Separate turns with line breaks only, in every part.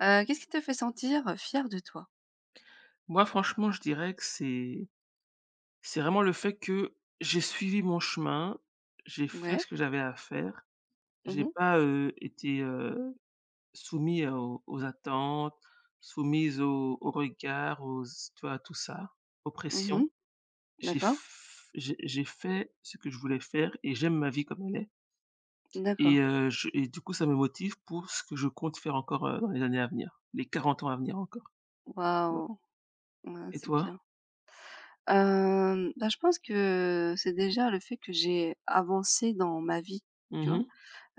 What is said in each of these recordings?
Qu'est-ce qui te fait sentir fier de toi?
Moi, franchement, je dirais que c'est vraiment le fait que j'ai suivi mon chemin, j'ai fait
Ouais.
ce que j'avais à faire,
Mmh
j'ai
mh.
pas, été, soumis aux attentes, soumise aux regards, aux s tu vois? À tout ça, aux pressions.
Mmh.
J'ai
D'accord,
f j'ai fait ce que je voulais faire et j'aime ma vie comme elle est. et
d'accord.
je et Du coup, ça me motive pour ce que je compte faire encore, dans les années à venir, les 40 ans à venir encore, tu vois?
Waouh! Ouais,
Et
c'est
toi?
bien. Bah, je pense que c'est déjà le fait que j'ai avancé dans ma vie, tu
Mmh
vois?
mh.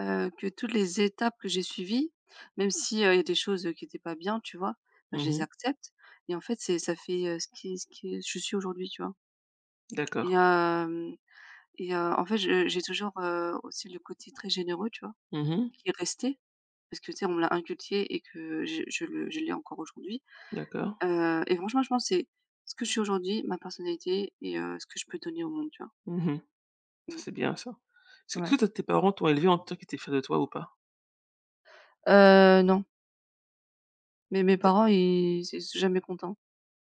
Que toutes les étapes que j'ai suivies, même si, il y a des choses, qui n'étaient pas bien, tu vois? Bah, je les
Mmh.
accepte et en fait, c'est ça fait, ce qui je suis aujourd'hui, tu vois?
D'accord.
Et hem et en fait, je j'ai toujours, aussi le côté très généreux, tu vois?
Mmh.
Qui est resté. Parce que tu sais, on me l'a inculqué et que je l'ai encore aujourd'hui,
D'accord.
et franchement, je pense que c'est ce que je suis aujourd'hui, ma personnalité et ce que je peux donner au monde, tu vois?
Mmh mh. Ça,
Mmh.
c'est bien ça. Est-ce que
Ouais,
toi tes parents t'ont élevé en tant qu'ils étaient fiers de toi ou pas?
non, mais mes parents ils étaient jamais contents.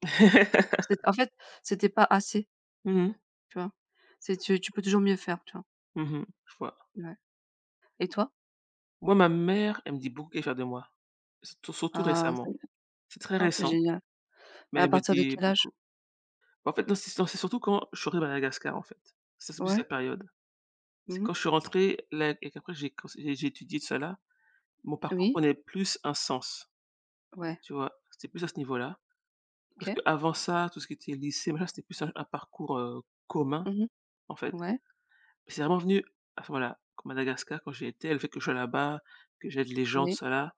C'est En fait, c'était pas assez,
Mmh mh.
tu vois? C'est Tu peux toujours mieux faire, tu vois?
Mmh mh. Je vois.
Ouais et toi?
Moi, ma mère, elle me dit beaucoup qu'elle est fière de moi. Surtout
Ah c'est
récemment. C'est très
ah, c'est
récent,
génial.
mais
À
elle me
partir de
dit
quel âge?
beaucoup. En fait, non, c'est surtout quand je suis rentré de Madagascar, en fait. Ça, c'est plus la
Ouais.
période. C'est
Mhm.
quand je suis rentré là et qu'après j'ai cons j'ai étudié tout ça là, mon parcours
Oui.
prenait plus un sens,
Ouais.
tu vois? C'était plus à ce niveau-là. Parce
OK.
qu'avant ça, tout ce qui était lycée, machin, c'était plus un parcours, commun,
Mhm.
en fait.
Ouais.
C'est vraiment venu à ce moment-là, quand Madagascar, quand j'y étais, le fait que je sois là-bas, que j'aide les gens, tout
Oui.
ça là,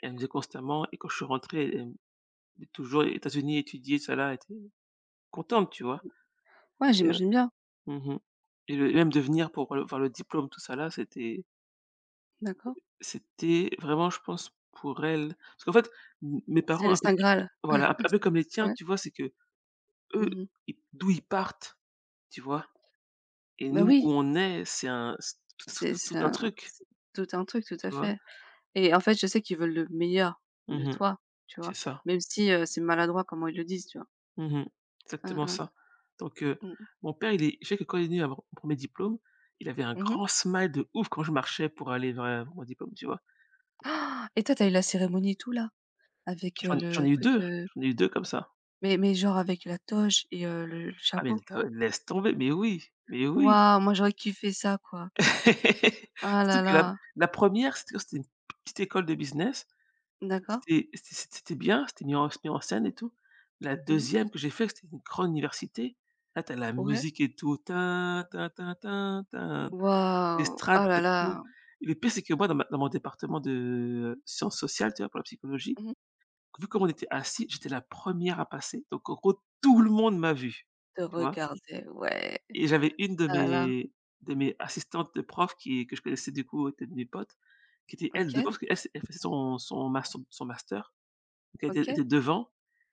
elle me disait constamment et quand je suis rentré, elle me dit toujours: «États-Unis, étudier, tout ça là», elle était contente, tu vois?
Ouais,
Et heu
j'imagine bien.
mmh et le même de venir pour le voir le diplôme, tout ça là, c'était
D'accord.
c'était vraiment, je pense, pour elle parce qu'en fait, m mes
C'est
parents
le
un peu
saint graal.
voilà, un peu comme les tiens,
Ouais.
tu vois? C'est qu'eux,
Mhm.
ils d'où ils partent, tu vois? Et
Bah
nous,
oui.
où on est, c'est un c'est tout tout
C'est
tout tout un
ça,
truc,
c'est tout un truc, tout à
tu vois?
fait et en fait, je sais qu'ils veulent le meilleur de
Mmh.
toi, tu
C'est
vois?
ça.
Même si, c'est maladroit comment ils le disent, tu vois?
Mmh mh.
Mmh
Exactement
mh.
ça. Donc,
Mmh.
mon père, il est je sais que quand il est venu à mon premier diplôme, il avait un
Mmh
grand
mh.
smile de ouf quand je marchais pour aller vers mon diplôme, tu vois?
Ah! Et toi, t'as eu la cérémonie et tout là? Avec,
J'en ai j'en
le
ai eu
truc,
deux, j'en ai eu 2 comme ça.
mais genre avec la toge et le
Ah mais
chapeau?
la laisse tomber, mais oui, mais oui.
Waouh, moi j'aurais kiffé ça quoi. Ah
Surtout
là
que la
là.
la 1re c'était une petite école de business,
D'accord.
c'était bien, c'était mis en scène et tout. La
Mmh.
deuxième que j'ai fait, c'était une grande université. Là, tu as la
Ouais.
musique et tout. Tin tin tin tin tin.
Waouh.
L'estrade,
Ah là
tu as tout.
là.
Et le pire, c'est que moi, dans ma dans mon département de sciences sociales, tu vois, pour la psychologie,
Mmh.
vu comment on était assis, j'étais la première à passer. Donc en gros, tout le monde m'a vu,
Te
tu vois?
regarder, ouais.
Et j'avais une de
Ah là là.
mes assistantes de prof qui que je connaissais du coup, était de mes potes, qui était elle devant
OK,
parce qu'elle s elle faisait son master. Donc elle était
OK.
était devant,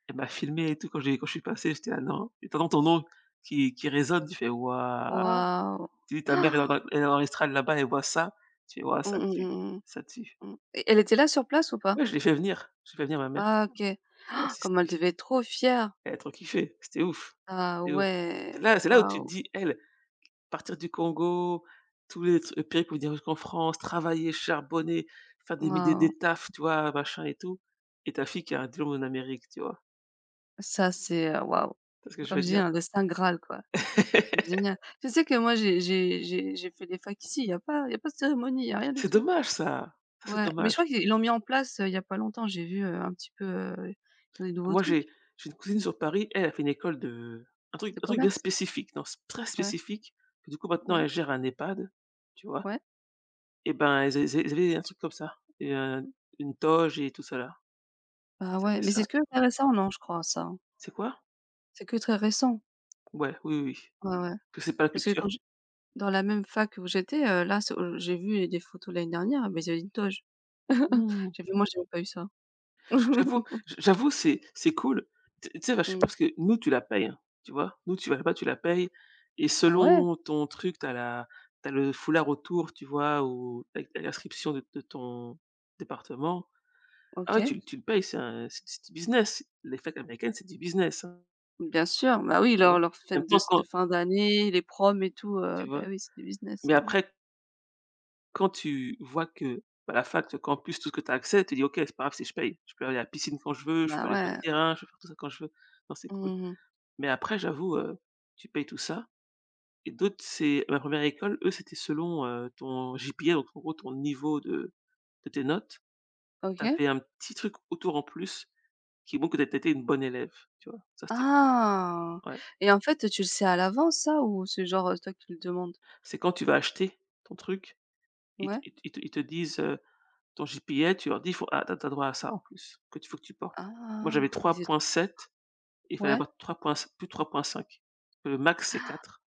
elle m'a filmé et tout quand j'ai quand je suis passé, j'étais: là non» et t'entends ton nom qui résonne, tu fais: «Waouh!»
Waouh.
Tu dis ta mère
Ah!
elle est en Australie là-bas, elle voit ça, tu vois?
Mmh
Ça
mh,
tue,
mmh mh.
ça tue.
Mmh et elle était là sur place ou pas?
Ouais, je l'ai fait venir, j'ai fait venir ma mère,
Ah OK.
elle a
Ah, comme
assisté.
elle devait être trop fière!
Elle a trop kiffé, c'était ouf,
Ah
c'était ouf. C'est
ouais,
là c'est là où tu te
waouh,
dis: «Elle, partir du Congo, tous les tru périples où dire qu'en France, travailler, charbonner, faire des mi
waouh.
des tafs, tu vois? Machin et tout» et ta fille qui a un diplôme en Amérique, tu vois?
Ça c'est, waouh.
Tu vois ce que je
Comme
veux
je dis,
dire?
hein, le saint graal quoi. Génial. Tu sais que moi j'ai fait des facs ici, il y a pas de cérémonie, il y a rien du
C'est
tout.
dommage ça, ça c'est
Ouais, mais je
dommage.
crois qu'ils l'ont mis en place, il y a pas longtemps. J'ai vu, un petit peu, heu, des nouveaux
Moi,
trucs
j'ai une cousine sur Paris, elle, a fait une école de un truc
de
un truc bien
commerce.
spécifique, non, c'est très
Ouais,
spécifique, que du coup maintenant
ouais,
elle gère un EHPAD, tu vois?
ouais.
Et ben, ils avaient un truc comme ça et une toge et tout ça là.
Bah
Ils
ouais,
appellent
mais
ça
c'est que très récent, non, je crois ça, hein?
c'est quoi?
C'est que très récent.
Ouais, oui, oui, oui.
Ouais, ouais,
Que c'est pas la
parce que quand
culture.
j dans la même fac où j'étais, là, c'est au j'ai vu des photos l'année dernière, mais ils avaient une toge.
Mmh.
J'ai fait: «Moi, j'avais pas eu ça».
J'avoue j j'avoue, c'est cool. Tu sais, bah, je sais
Mmh.
pas parce que nous, tu la payes, hein, tu vois? Nous, tu vas là-bas, tu la payes et
Ah ouais?
selon ton truc, tu as la t'as le foulard autour, tu vois? Ou avec l'inscription de ton département. Ah ouais,
OK.
tu le payes, c'est un c'est du business. Les fêtes américaines, c'est du business, hein,
Bien sûr, bah oui,
tu vois?
leurs
En même
fêtes
temps,
de
quand
fin d'année, les proms et tout,
tu
bah
vois?
oui, c'est du business,
Mais
hein.
après, quand tu vois que, bah, la fac, le campus, tout ce que tu as accès, tu dis: «OK, c'est pas grave si je paye. Je peux aller à la piscine quand je veux, je peux
Bah
aller sur le
ouais.
terrain, je peux faire tout ça quand je veux». Non, c'est cool.
Mmh mh.
Mais après j'avoue, tu payes tout ça et d'autres c'est ma première école, eux, c'était selon, ton GPA, donc en gros ton niveau de tes notes. Tu as
OK.
fait un petit truc autour en plus qui montre que tu étais une bonne élève, tu vois? Ça, c'était cool.
Ah!
Ouais.
Et en fait, tu le sais à l'avance ça ou c'est genre, c'est toi qui le demandes?
C'est quand tu vas acheter ton truc, ils te
Ouais?
ils te ils te ils te disent, ton GPA, tu leur dis: faut ah, t'as as droit à ça en plus, que tu faut que tu portes». Moi, j'avais
Ah! Mais c'est trop
3,7 et il fallait
ouais?
avoir 3 points c plus de 3,5. Le max, c'est 4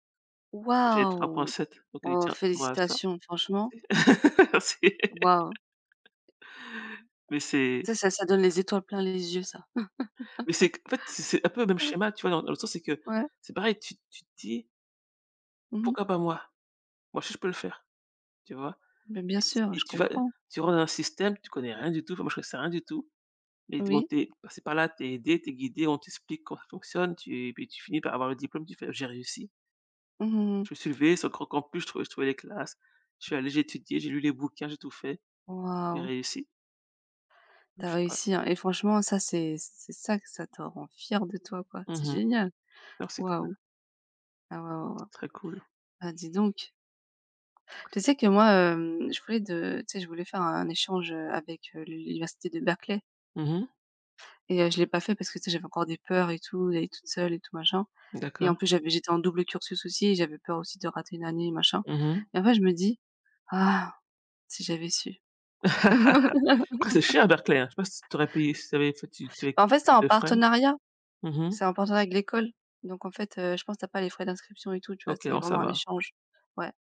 et j'avais
Waouh!
3,7 donc on dit:
Oh,
«Tiens, tu as droit à ça».
félicitations, franchement.
C'est
Waouh!
Mais c'est
Tu sais, ça donne les étoiles plein les yeux, ça.
mais c'est en fait, c'est un peu le même
Mmh.
schéma, tu vois? Dans le sens, c'est que
Ouais.
c'est pareil, tu te dis:
Mmh mh.
«Pourquoi pas moi? Moi je aussi, je peux le faire», tu vois?
Bien
Et t
sûr,
et
je
tu vas
comprends.
tu rentres dans un système, tu connais rien du tout, enfin, moi, je connaissais rien du tout et bon,
Oui.
t'es es passé par là, t'es aidé, t'es guidé, on t'explique comment ça fonctionne, tu et puis tu finis par avoir le diplôme, tu fais: «J'ai réussi».
Mmh mmh.
Je me suis levé sur le grand campus, je trouvais les classes, je suis allé, j'ai étudié, j'ai lu les bouquins, j'ai tout fait, j'ai
Waouh!
réussi, donc
T'as
je sais pas.
réussi, hein et franchement ça c'est ça que ça te rend fier de toi, quoi. C'est
Mmh.
génial.
Alors c'est cool,
Waouh! Ah ouais, ouais, ouais.
c'est très cool.
Ah dis donc. Tu sais que moi, je voulais de tu sais, je voulais faire un échange, avec, l'université de Berkeley
Mmh.
et je l'ai pas fait parce que, tu sais, j'avais encore des peurs et tout, d'aller toute seule et tout machin et
D'accord.
en plus j'étais en double cursus aussi et j'avais peur aussi de rater une année, machin
Mmh.
et en fait je me dis: «Ah! Si j'avais su».
Après c'est cher Berkeley, hein. Je sais pas si tu aurais payé si tu avais fait tu tu es
En fait,
tes 2 frais. Mmh mh.
c'est en partenariat avec l'école. Donc en fait, je pense tu as pas les frais d'inscription et tout, tu vois?
OK,
C'est
bon ça
vraiment un
va.
échange. Ouais.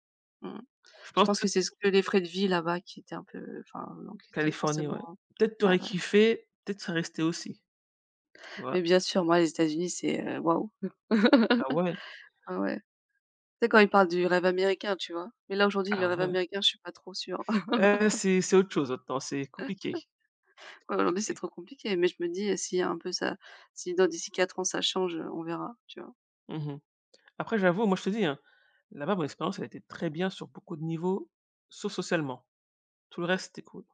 Mmh.
Je
Je
pense
pense que
peut-être
c'est ce que les frais de vie là-bas qui étaient un peu enfin donc qui étaient
Californie,
forcément
ouais. Peut-être tu
ouais,
aurais
ouais.
kiffé, peut-être serais resté aussi. Ouais.
Mais bien sûr, moi, les États-Unis, c'est, waouh!
Ah ouais?
Ah ouais. Tu sais quand ils parlent du rêve américain, tu vois? Mais là aujourd'hui, le
Ah
rêve
ouais.
américain, je suis pas trop sûre.
Eh c'est autre chose maintenant, c'est compliqué, c'est
Ouais, aujourd'hui, c'est
compliqué.
trop compliqué, mais je me dis, si dans d'ici 4 ans ça change, on verra, tu vois?
Mmh mh. Après j'avoue, moi je te dis, hein, là-bas mon expérience elle était très bien sur beaucoup de niveaux, sauf socialement. Tout le reste c'était cool,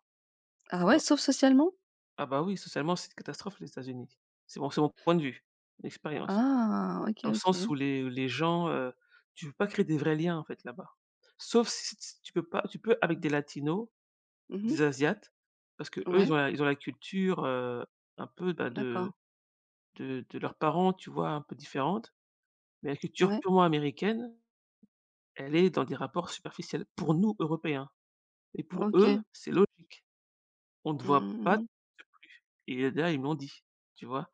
Ah
tu
ouais,
vois?
sauf socialement?
Ah bah oui, socialement c'est une catastrophe les États-Unis. C'est mon point de vue, l'expérience.
Ah! OK,
Dans le sens où
OK.
les gens, tu peux pas créer des vrais liens en fait là-bas. Sauf si t tu peux pas tu peux avec des latinos,
Mmh mh.
des asiates, parce que eux
Ouais,
ils ont la culture, un peu, bah, de
d'accord.
de de leurs parents, tu vois? Un peu différente, mais la culture
Ouais,
purement américaine, elle est dans des rapports superficiels pour nous, Européens et pour eux,
OK.
c'est logique. On ne te
Mmh
voit
mmh.
pas,
mmh.
tu te plus et là, ils me l'ont dit, tu vois?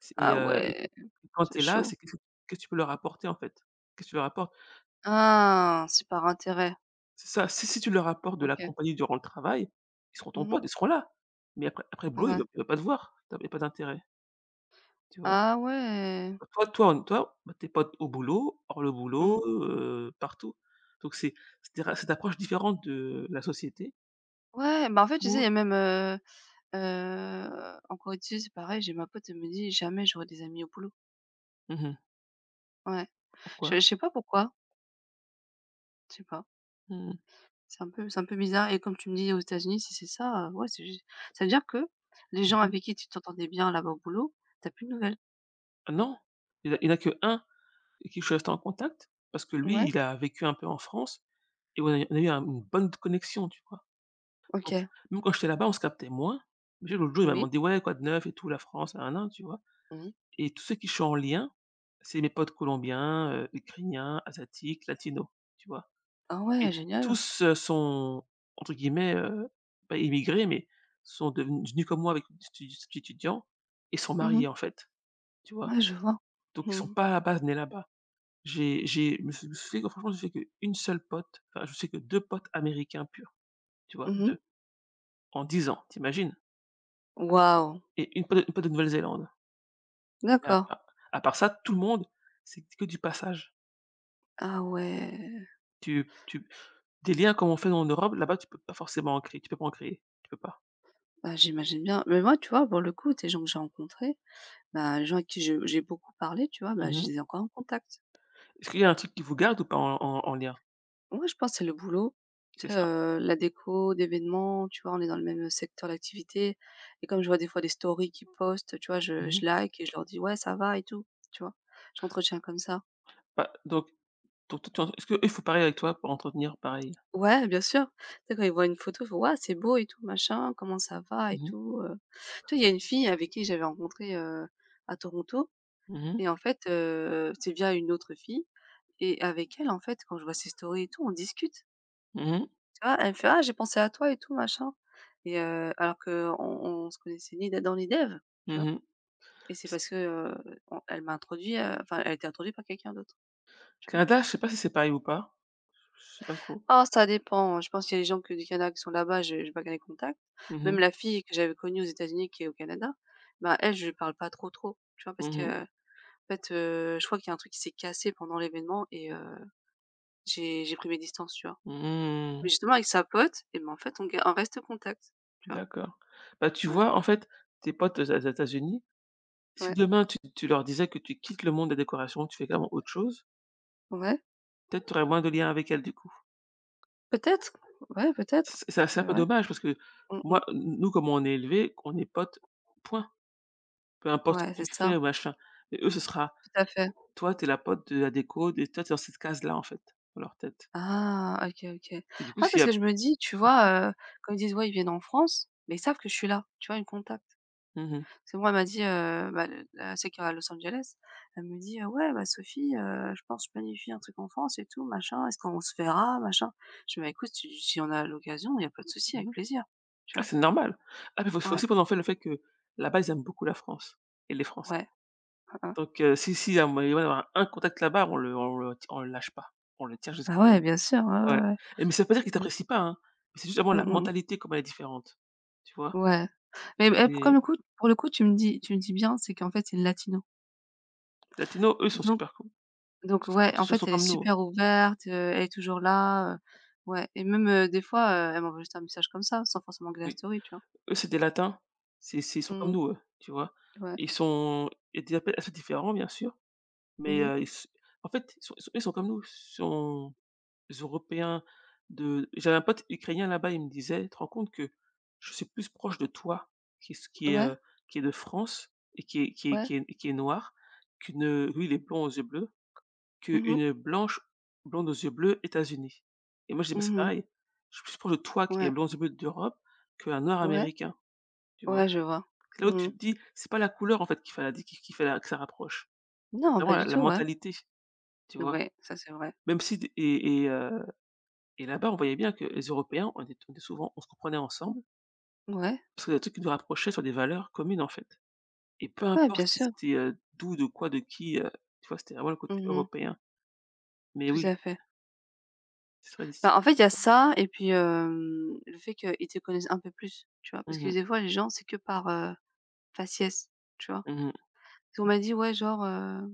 C'est
Ah
et
ouais,
quand
c'est
tu es là,
chaud.
c'est qu'est-ce que tu peux leur apporter en fait? Qu'est-ce que tu leur apportes?
Ah, c'est par intérêt.
C'est ça, si tu leur apportes de la
OK.
compagnie durant le travail, ils seront ton
Mmh.
pote, ils seront là. Mais après le boulot, ils ne
Ouais.
veulent pas te voir, tu as pas d'intérêt, tu vois?
Ah ouais.
Bah, Toi en toi, bah, tu pote au boulot, hors le
Mmh.
boulot, partout. Donc c'est des ra cette approche différente de la société
Ouais, bah, en fait, tu sais, il
où.
y a même, en Corée du Sud, c'est pareil, j'ai ma pote, elle me dit: «Jamais j'aurai des amis au boulot».
Mmh.
Ouais.
Pourquoi?
Je sais pas pourquoi, je sais pas.
Mmh mh.
C'est un peu bizarre et comme tu me dis aux États-Unis, si c'est ça, ouais, c'est juste ça veut dire que les gens
Mmh.
avec qui tu t'entendais bien là-bas au boulot, t'as plus de nouvelles?
Ah non, il y en a il y avec qui je suis resté en contact parce que lui,
Ouais,
il a vécu un peu en France et on a eu un une bonne connexion, tu vois? Donc,
OK.
même quand j'étais là-bas, on se captait moins. Déjà, l'autre jour, il m'a
Oui.
demandé: «Ouais, quoi de neuf et tout, la France, nanana», tu vois?
Mmh.
Et tous ceux qui sont en lien, c'est mes potes colombiens, ukrainiens, asiatiques, latinos, tu vois?
Ah ouais,
Et
génial.
tous, sont entre guillemets, pas «immigrés», mais sont devenus venus comme moi avec des stu statut étudiant et sont
Mmh
mariés,
mh.
en fait, tu vois?
Ouais, je vois.
Donc
Mmh
ils sont
mh.
pas à la base nés là-bas. J'ai je me suis fait que franchement, je me suis fait qu'une seule pote, enfin, je sais que 2 potes américains purs, tu vois?
Mmh mh.
Deux en 10 ans, t'imagines.
Waouh!
Et une pote de Nouvelle-Zélande. Et à
D'accord.
part à part ça, tout le monde, c'est que du passage.
Ah ouais,
Tu tu Des liens comme on fait en Europe, là-bas, tu peux pas forcément en créer, tu peux pas en créer, tu peux pas.
bah, j'imagine bien. Mais moi, tu vois, pour le coup, ces gens que j'ai rencontrés, bah, les gens avec qui je j'ai beaucoup parlé, tu vois, bah,
Mmh
je
mh.
les ai encore en contact.
Est-ce qu'il y a un truc qui vous garde ou pas en lien?
Ouais, je pense c'est le boulot, tu
C'est
sais,
ça.
la déco d'événements, tu vois, on est dans le même secteur d'activité et comme je vois des fois des stories qu'ils postent, tu vois, je
Mmh mh.
je like et je leur dis: «Ouais, ça va?» et tout, tu vois? J'entretiens comme ça.
Bah, donc toi, tu en est-ce qu'eux, ils font pareil avec toi pour entretenir pareil?
Ouais, bien sûr. Tu sais, quand ils voient une photo, ils font: «Waouh, c'est beau et tout machin, comment ça va et
Mmh mh.
tout, heu?» tu vois, il y a une fille avec qui j'avais rencontré, à Toronto
Mmh
et en
mh.
fait, c'est via une autre fille et avec elle, en fait, quand je vois ses stories et tout, on discute,
Mmh mh.
tu vois? Elle me fait: «Ah, j'ai pensé à toi et tout machin» et alors que on se connaissait ni d'Adam ni d'Ève, tu vois?
Mmh. Mh.
Et c'est
C
parce que, on elle m'a introduit, enfin, elle a été introduite par quelqu'un d'autre, tu
Canada, je sais pas si c'est pareil ou pas. Je sais pas trop.
Ah, ça dépend, hein. Je pense qu'il y a des gens que du Canada qui sont là-bas, je j'ai pas garder contact.
Mmh
Même
mh.
la fille que j'avais connue aux États-Unis qui est au Canada, bah, elle, je lui parle pas trop, trop, tu vois? Parce
Mmh mh.
que en fait, je crois qu'il y a un truc qui s'est cassé pendant l'événement et j'ai pris mes distances, tu vois? Mais
Mmh.
justement avec sa pote et ben, en fait, on reste contact, tu vois?
D'accord. Bah, tu
Ouais,
vois, en fait, tes potes aux États-Unis. Si
ouais,
demain tu leur disais que tu quittes le monde des décorations, que tu fais carrément autre chose,
ouais,
peut-être tu aurais moins de liens avec elles du coup.
peut-être, ouais, peut-être,
C'est un
c'est
peu
vrai.
dommage parce que
Mmh mh.
moi, nous comme on est élevés, on est potes, point. Peu importe ce que
Ouais,
tu
c'est ça,
fais ou machin. Mais eux, ce sera:
tout à fait.
«Toi, t'es la pote de la déco, de toi, tu dans cette case-là» en fait, dans leur tête.
Ah, OK, OK.
Et du coup,
Ah,
s'il y
parce que
a.
je me dis, tu vois, quand ils disent: «Ouais, ils viennent en France», mais ils savent que je suis là, tu vois? Ils me contactent.
Mmh mh,
Parce que moi, elle m'a dit, bah, le la celle qui est à Los Angeles, elle me dit: ouais, bah, Sophie, je pense que je planifie un truc en France et tout, machin, est-ce qu'on se verra?» machin. Je fais: «Bah, écoute, si on a l'occasion, il y a pas de souci, avec
mmh.
plaisir», tu
Ah,
vois?
c'est normal. Ah, mais faut
Ouais,
aussi prendre en fait le fait que là-bas, ils aiment beaucoup la France et les Français.
ouais, ah mh.
Donc si, il y a moyen d'avoir un contact là-bas, on le lâche pas. On le tient
Bah, ouais,
jusqu'au.
bien sûr, ouais,
Ouais.
ouais, ouais.
Mais ça veut pas dire qu'ils
Mmh.
t'apprécient pas, hein. C'est juste avant
Mmh
la
mh.
mentalité, comment elle est différente. Tu vois?
Ouais. Mais
Les
pour le coup, tu me dis bien, c'est qu'en fait, c'est latino.
latinos, eux, sont
Donc
super cool.
Ouais,
Donc ils
en
sont
fait,
sont
elle est
comme nous,
super ouverte, elle est toujours là, ouais et même, des fois, elle m'envoie juste un message comme ça, sans forcément que la
oui.
story, tu vois?
Eux, c'est des latins, c'est ils sont comme
Mmh.
nous, eux, tu vois?
Ouais.
Ils sont ils étaient appel assez différents, bien sûr, mais
Mmh.
ils s en fait, ils sont comme nous, ils sont européens. De J'avais un pote ukrainien là-bas, il me disait: «Tu te rends compte que je suis plus proche de toi qui est,
Ouais,
qui est de France et qui est qui est
ouais.
qui est qui est noir qu'une, lui, il est blond aux yeux bleus.
Mmh mh.
Qu'une blanche, blonde aux yeux bleus, États-Unis.» Et moi je dis: «Bah, c'est
Mmh.
pareil, je suis plus proche de toi qui est
Ouais.
blonde aux yeux bleus d'Europe qu'un noir
Ouais.
américain», tu vois?
Ouais, je vois.
C'est là où
Mmh.
tu te dis: «C'est pas la couleur en fait qui fait la que ça rapproche,
Non,
c'est
pas
vraiment la
du
la
tout, ouais.
mentalité», tu vois?
Ouais, ça, c'est vrai.
Même si d et Là-bas, on voyait bien que les Européens, on était souvent on se comprenait ensemble
Ouais.
parce que des trucs qui nous rapprochaient sur des valeurs communes, en fait et peu
Ouais, bien
importe si
sûr.
c'était, d'où, de quoi, de qui, tu vois? C'était vraiment le côté
Mmh.
européen. Mais
Tout à
oui,
fait.
c'est très c'est
Bah, en fait, il
très
y a
différent.
ça et puis, le fait qu'ils te connaissent un peu plus, tu vois? Parce
Mmh
que
mh.
des fois, les gens, c'est que par, faciès, tu vois?
Mmh mh.
On m'a dit: «Ouais, genre,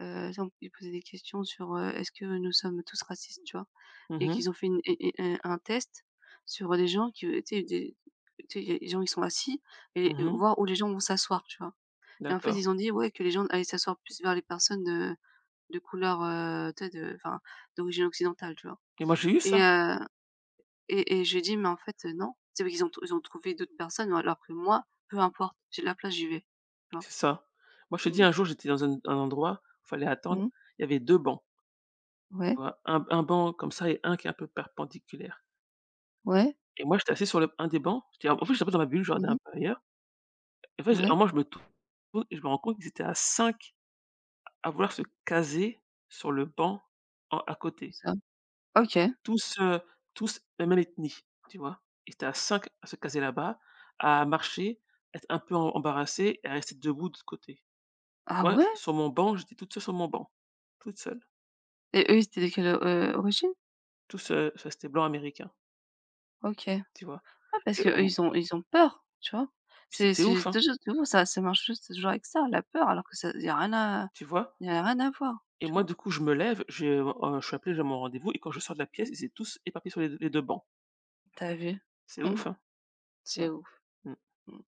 Exemple, ils posaient des questions sur, est-ce que nous sommes tous racistes, tu vois? Et
Mmh.
qu'ils ont fait une et un test sur des gens qui, tu sais, des tu sais, il y a des gens, ils sont assis et
Mmh.
voir où les gens vont s'asseoir, tu vois? Et en fait,
D'accord.
ils ont dit, ouais, que les gens allaient s'asseoir plus vers les personnes, de couleur, tu sais, de enfin, d'origine occidentale, tu vois?
Et moi, j'ai eu ça,
Et heu et et je lui dit: «Mais en fait, non». C'est vrai qu'ils ont trouvé d'autres personnes, alors que moi, peu importe, j'ai de la place, j'y vais, tu vois?
c'est ça. Moi, je te dis,
Mmh.
un jour, j'étais dans un endroit, où fallait attendre,
Mmh.
il y avait 2 bancs, tu
Ouais,
vois? Un banc comme ça et un qui est un peu perpendiculaire.
ouais.
Et moi, j'étais assis sur le un des bancs, j'étais en fait, j'étais un peu dans ma bulle, je regardais un
Mmh.
peu ailleurs. Et en fait, à un
Ouais,
moment, je me tourne et je me rends compte qu'ils étaient à 5 à vouloir se caser sur le banc en à côté.
c'est ça. OK.
Tous, heu, tous la même ethnie, tu vois? Ils étaient à 5 à se caser là-bas, à marcher, être un peu embarrassés et à rester debout de l'autre côté.
Ah
Ouais,
ouais?
sur mon banc, j'étais toute seule sur mon banc, toute seule,
Et eux, ils étaient de quelle, origine?
tout ça c'était blanc américain,
OK. Ouais,
tu vois?
parce
Et
que eux
on
ils ont peur, tu vois? C'est
c'est
c'est
ouf, hein,
toujours ça marche juste toujours avec ça, la peur, alors que ça
tu vois?
y a rien à voir,
Et
tu
moi,
vois?
du coup, je me lève, je suis appelé, j'ai mon rendez-vous et quand je sors de la pièce, ils étaient tous éparpillés sur les 2 bancs.
T'as vu?
C'est ouf, hein? Ouais,
C'est ouf.
mmh.
Mmh.